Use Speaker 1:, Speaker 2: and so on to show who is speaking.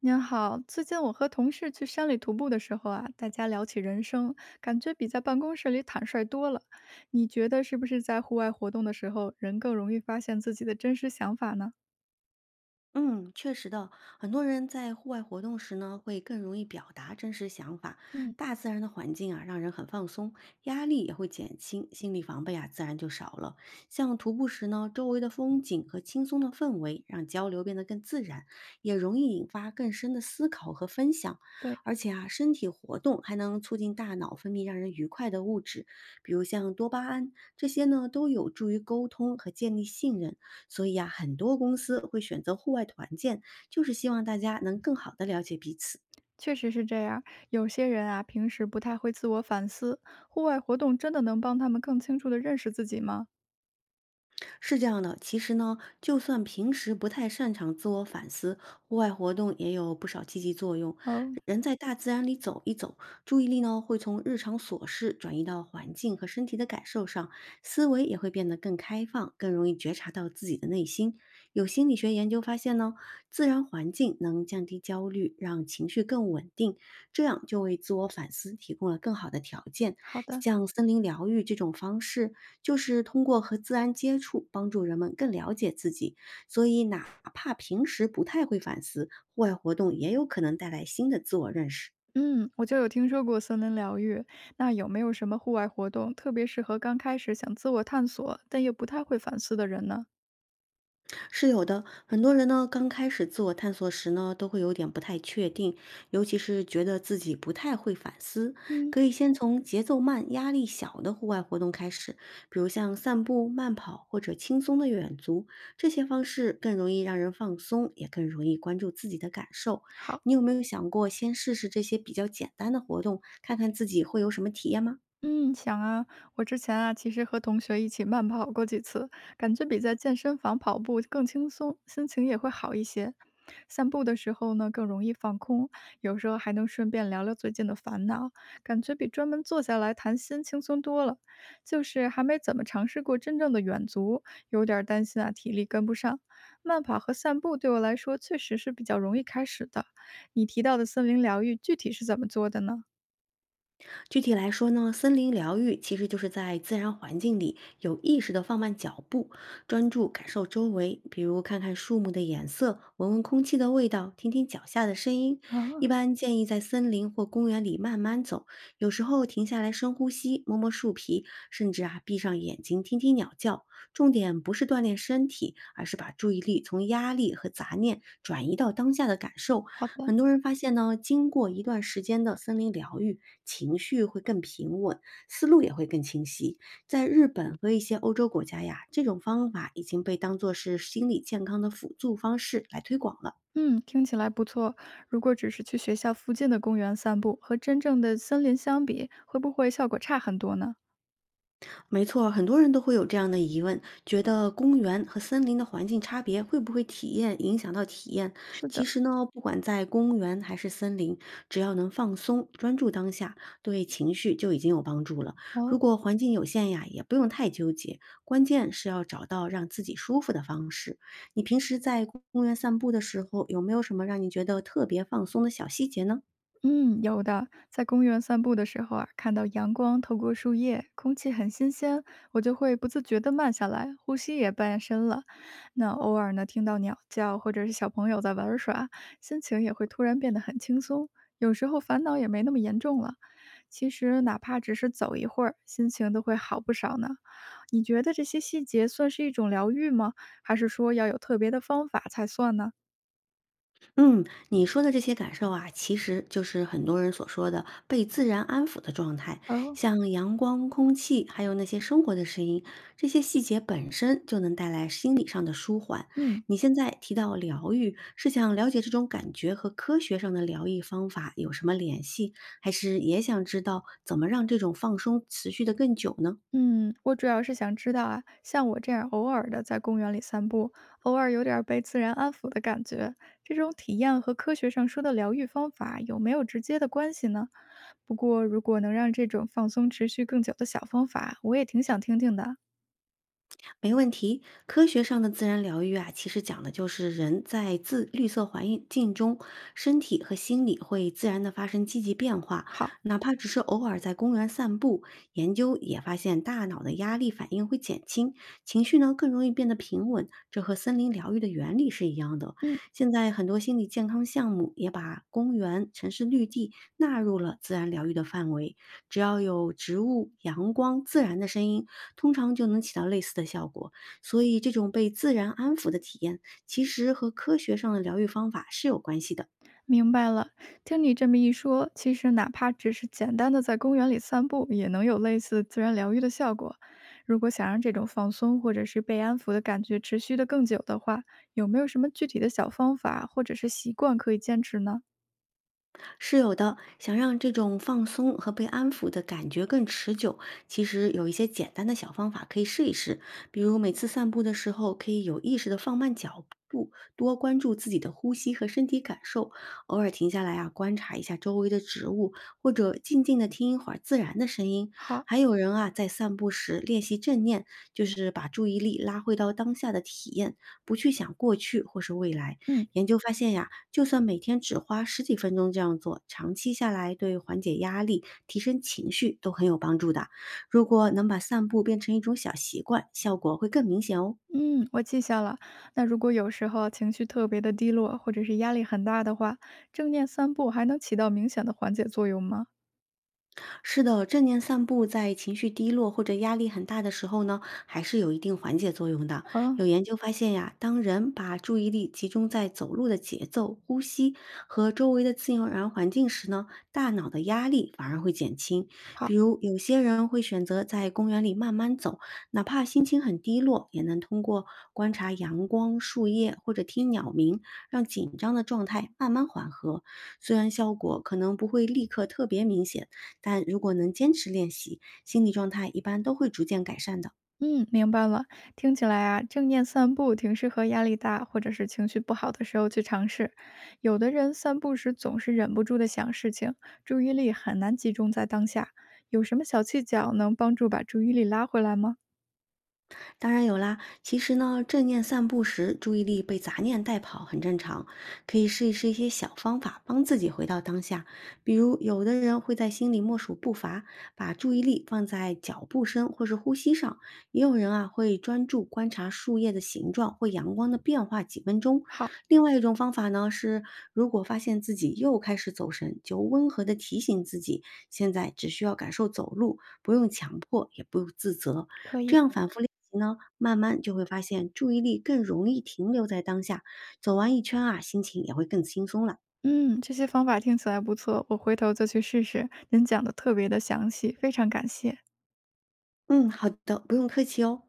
Speaker 1: 您好，最近我和同事去山里徒步的时候啊，大家聊起人生，感觉比在办公室里坦率多了。你觉得是不是在户外活动的时候，人更容易发现自己的真实想法呢？
Speaker 2: 嗯，确实的，很多人在户外活动时呢，会更容易表达真实想法。
Speaker 1: 嗯，
Speaker 2: 大自然的环境啊，让人很放松，压力也会减轻，心理防备啊，自然就少了。像徒步时呢，周围的风景和轻松的氛围，让交流变得更自然，也容易引发更深的思考和分享。
Speaker 1: 对，
Speaker 2: 而且啊，身体活动还能促进大脑分泌让人愉快的物质，比如像多巴胺，这些呢，都有助于沟通和建立信任。所以呀，很多公司会选择户外团建，就是希望大家能更好的了解彼此。
Speaker 1: 确实是这样，有些人啊，平时不太会自我反思，户外活动真的能帮他们更清楚地认识自己吗？
Speaker 2: 是这样的，其实呢，就算平时不太擅长自我反思，户外活动也有不少积极作用。
Speaker 1: 哦，
Speaker 2: 人在大自然里走一走，注意力呢会从日常琐事转移到环境和身体的感受上，思维也会变得更开放，更容易觉察到自己的内心。有心理学研究发现呢，自然环境能降低焦虑，让情绪更稳定，这样就为自我反思提供了更好的条件。
Speaker 1: 好的。
Speaker 2: 像森林疗愈这种方式，就是通过和自然接触，帮助人们更了解自己。所以，哪怕平时不太会反思，户外活动也有可能带来新的自我认识。
Speaker 1: 嗯，我就有听说过森林疗愈，那有没有什么户外活动特别适合刚开始想自我探索，但又不太会反思的人呢？
Speaker 2: 是有的，很多人呢刚开始自我探索时呢，都会有点不太确定，尤其是觉得自己不太会反思，
Speaker 1: 嗯。
Speaker 2: 可以先从节奏慢、压力小的户外活动开始，比如像散步、慢跑或者轻松的远足，这些方式更容易让人放松，也更容易关注自己的感受。
Speaker 1: 好，
Speaker 2: 你有没有想过先试试这些比较简单的活动，看看自己会有什么体验吗？
Speaker 1: 嗯，想啊，我之前啊，其实和同学一起慢跑过几次，感觉比在健身房跑步更轻松，心情也会好一些。散步的时候呢，更容易放空，有时候还能顺便聊聊最近的烦恼，感觉比专门坐下来谈心轻松多了。就是还没怎么尝试过真正的远足，有点儿担心啊，体力跟不上。慢跑和散步对我来说确实是比较容易开始的。你提到的森林疗愈，具体是怎么做的呢？
Speaker 2: 具体来说呢，森林疗愈其实就是在自然环境里有意识地放慢脚步，专注感受周围，比如看看树木的颜色，闻闻空气的味道，听听脚下的声音。一
Speaker 1: 啊，
Speaker 2: 般建议在森林或公园里慢慢走，有时候停下来深呼吸，摸摸树皮，甚至啊闭上眼睛听听鸟叫。重点不是锻炼身体，而是把注意力从压力和杂念转移到当下的感受。
Speaker 1: 好的，
Speaker 2: 很多人发现呢，经过一段时间的森林疗愈，情绪会更平稳，思路也会更清晰。在日本和一些欧洲国家呀，这种方法已经被当作是心理健康的辅助方式来推广了。
Speaker 1: 嗯，听起来不错。如果只是去学校附近的公园散步，和真正的森林相比，会不会效果差很多呢？
Speaker 2: 没错，很多人都会有这样的疑问，觉得公园和森林的环境差别会不会体验影响到体验？
Speaker 1: 是
Speaker 2: 其
Speaker 1: 的，
Speaker 2: 实呢，不管在公园还是森林，只要能放松、专注当下，对情绪就已经有帮助了。如
Speaker 1: 哦，
Speaker 2: 果环境有限呀，也不用太纠结，关键是要找到让自己舒服的方式。你平时在公园散步的时候，有没有什么让你觉得特别放松的小细节呢？
Speaker 1: 嗯，有的。在公园散步的时候啊，看到阳光透过树叶，空气很新鲜，我就会不自觉地慢下来，呼吸也变深了。那偶尔呢，听到鸟叫或者是小朋友在玩耍，心情也会突然变得很轻松，有时候烦恼也没那么严重了。其实哪怕只是走一会儿，心情都会好不少呢。你觉得这些细节算是一种疗愈吗？还是说要有特别的方法才算呢？
Speaker 2: 嗯，你说的这些感受啊，其实就是很多人所说的被自然安抚的状态，
Speaker 1: 哦，
Speaker 2: 像阳光、空气，还有那些生活的声音，这些细节本身就能带来心理上的舒缓。
Speaker 1: 嗯
Speaker 2: 你现在提到疗愈，是想了解这种感觉和科学上的疗愈方法有什么联系，还是也想知道怎么让这种放松持续的更久呢？
Speaker 1: 嗯，我主要是想知道啊，像我这样偶尔的在公园里散步，偶尔有点儿被自然安抚的感觉，这种体验和科学上说的疗愈方法有没有直接的关系呢？不过如果能让这种放松持续更久的小方法，我也挺想听听的。
Speaker 2: 没问题。科学上的自然疗愈啊，其实讲的就是人在自绿色环境中，身体和心理会自然的发生积极变化。
Speaker 1: 好，
Speaker 2: 哪怕只是偶尔在公园散步，研究也发现大脑的压力反应会减轻，情绪呢更容易变得平稳。这和森林疗愈的原理是一样的。
Speaker 1: 嗯。
Speaker 2: 现在很多心理健康项目也把公园、城市绿地纳入了自然疗愈的范围。只要有植物、阳光、自然的声音，通常就能起到类似的效果。所以，这种被自然安抚的体验，其实和科学上的疗愈方法是有关系的。
Speaker 1: 明白了，听你这么一说，其实哪怕只是简单的在公园里散步，也能有类似自然疗愈的效果。如果想让这种放松或者是被安抚的感觉持续的更久的话，有没有什么具体的小方法或者是习惯可以坚持呢？
Speaker 2: 是有的，想让这种放松和被安抚的感觉更持久，其实有一些简单的小方法可以试一试。比如每次散步的时候，可以有意识的放慢脚步，多关注自己的呼吸和身体感受，偶尔停下来啊，观察一下周围的植物，或者静静的听一会儿自然的声音。
Speaker 1: 好，
Speaker 2: 还有人啊，在散步时练习正念，就是把注意力拉回到当下的体验，不去想过去或是未来。
Speaker 1: 嗯
Speaker 2: 研究发现呀，就算每天只花十几分钟这样做，长期下来对缓解压力、提升情绪都很有帮助的。如果能把散步变成一种小习惯，效果会更明显哦。
Speaker 1: 嗯，我记下了。那如果有时候情绪特别的低落，或者是压力很大的话，正念散步还能起到明显的缓解作用吗？
Speaker 2: 是的，正念散步在情绪低落或者压力很大的时候呢，还是有一定缓解作用的。
Speaker 1: 嗯，
Speaker 2: 有研究发现呀，当人把注意力集中在走路的节奏、呼吸和周围的自然环境时呢，大脑的压力反而会减轻。比
Speaker 1: 好。
Speaker 2: 如，有些人会选择在公园里慢慢走，哪怕心情很低落，也能通过观察阳光、树叶或者听鸟鸣，让紧张的状态慢慢缓和。虽然效果可能不会立刻特别明显。但如果能坚持练习，心理状态一般都会逐渐改善的。
Speaker 1: 嗯，明白了。听起来啊，正念散步挺适合压力大或者是情绪不好的时候去尝试。有的人散步时总是忍不住的想事情，注意力很难集中在当下。有什么小技巧能帮助把注意力拉回来吗？
Speaker 2: 当然有啦，其实呢，正念散步时注意力被杂念带跑很正常，可以试一试一些小方法帮自己回到当下。比如，有的人会在心里默数步伐，把注意力放在脚步声或是呼吸上；也有人啊会专注观察树叶的形状或阳光的变化几分钟。
Speaker 1: 好，
Speaker 2: 另外一种方法呢是，如果发现自己又开始走神，就温和的提醒自己，现在只需要感受走路，不用强迫，也不用自责。
Speaker 1: 可
Speaker 2: 这
Speaker 1: 以。
Speaker 2: 样反复练习呢，慢慢就会发现注意力更容易停留在当下，走完一圈啊，心情也会更轻松了。
Speaker 1: 嗯，这些方法听起来不错，我回头就去试试。您讲的特别的详细，非常感谢。
Speaker 2: 嗯，好的，不用客气哦。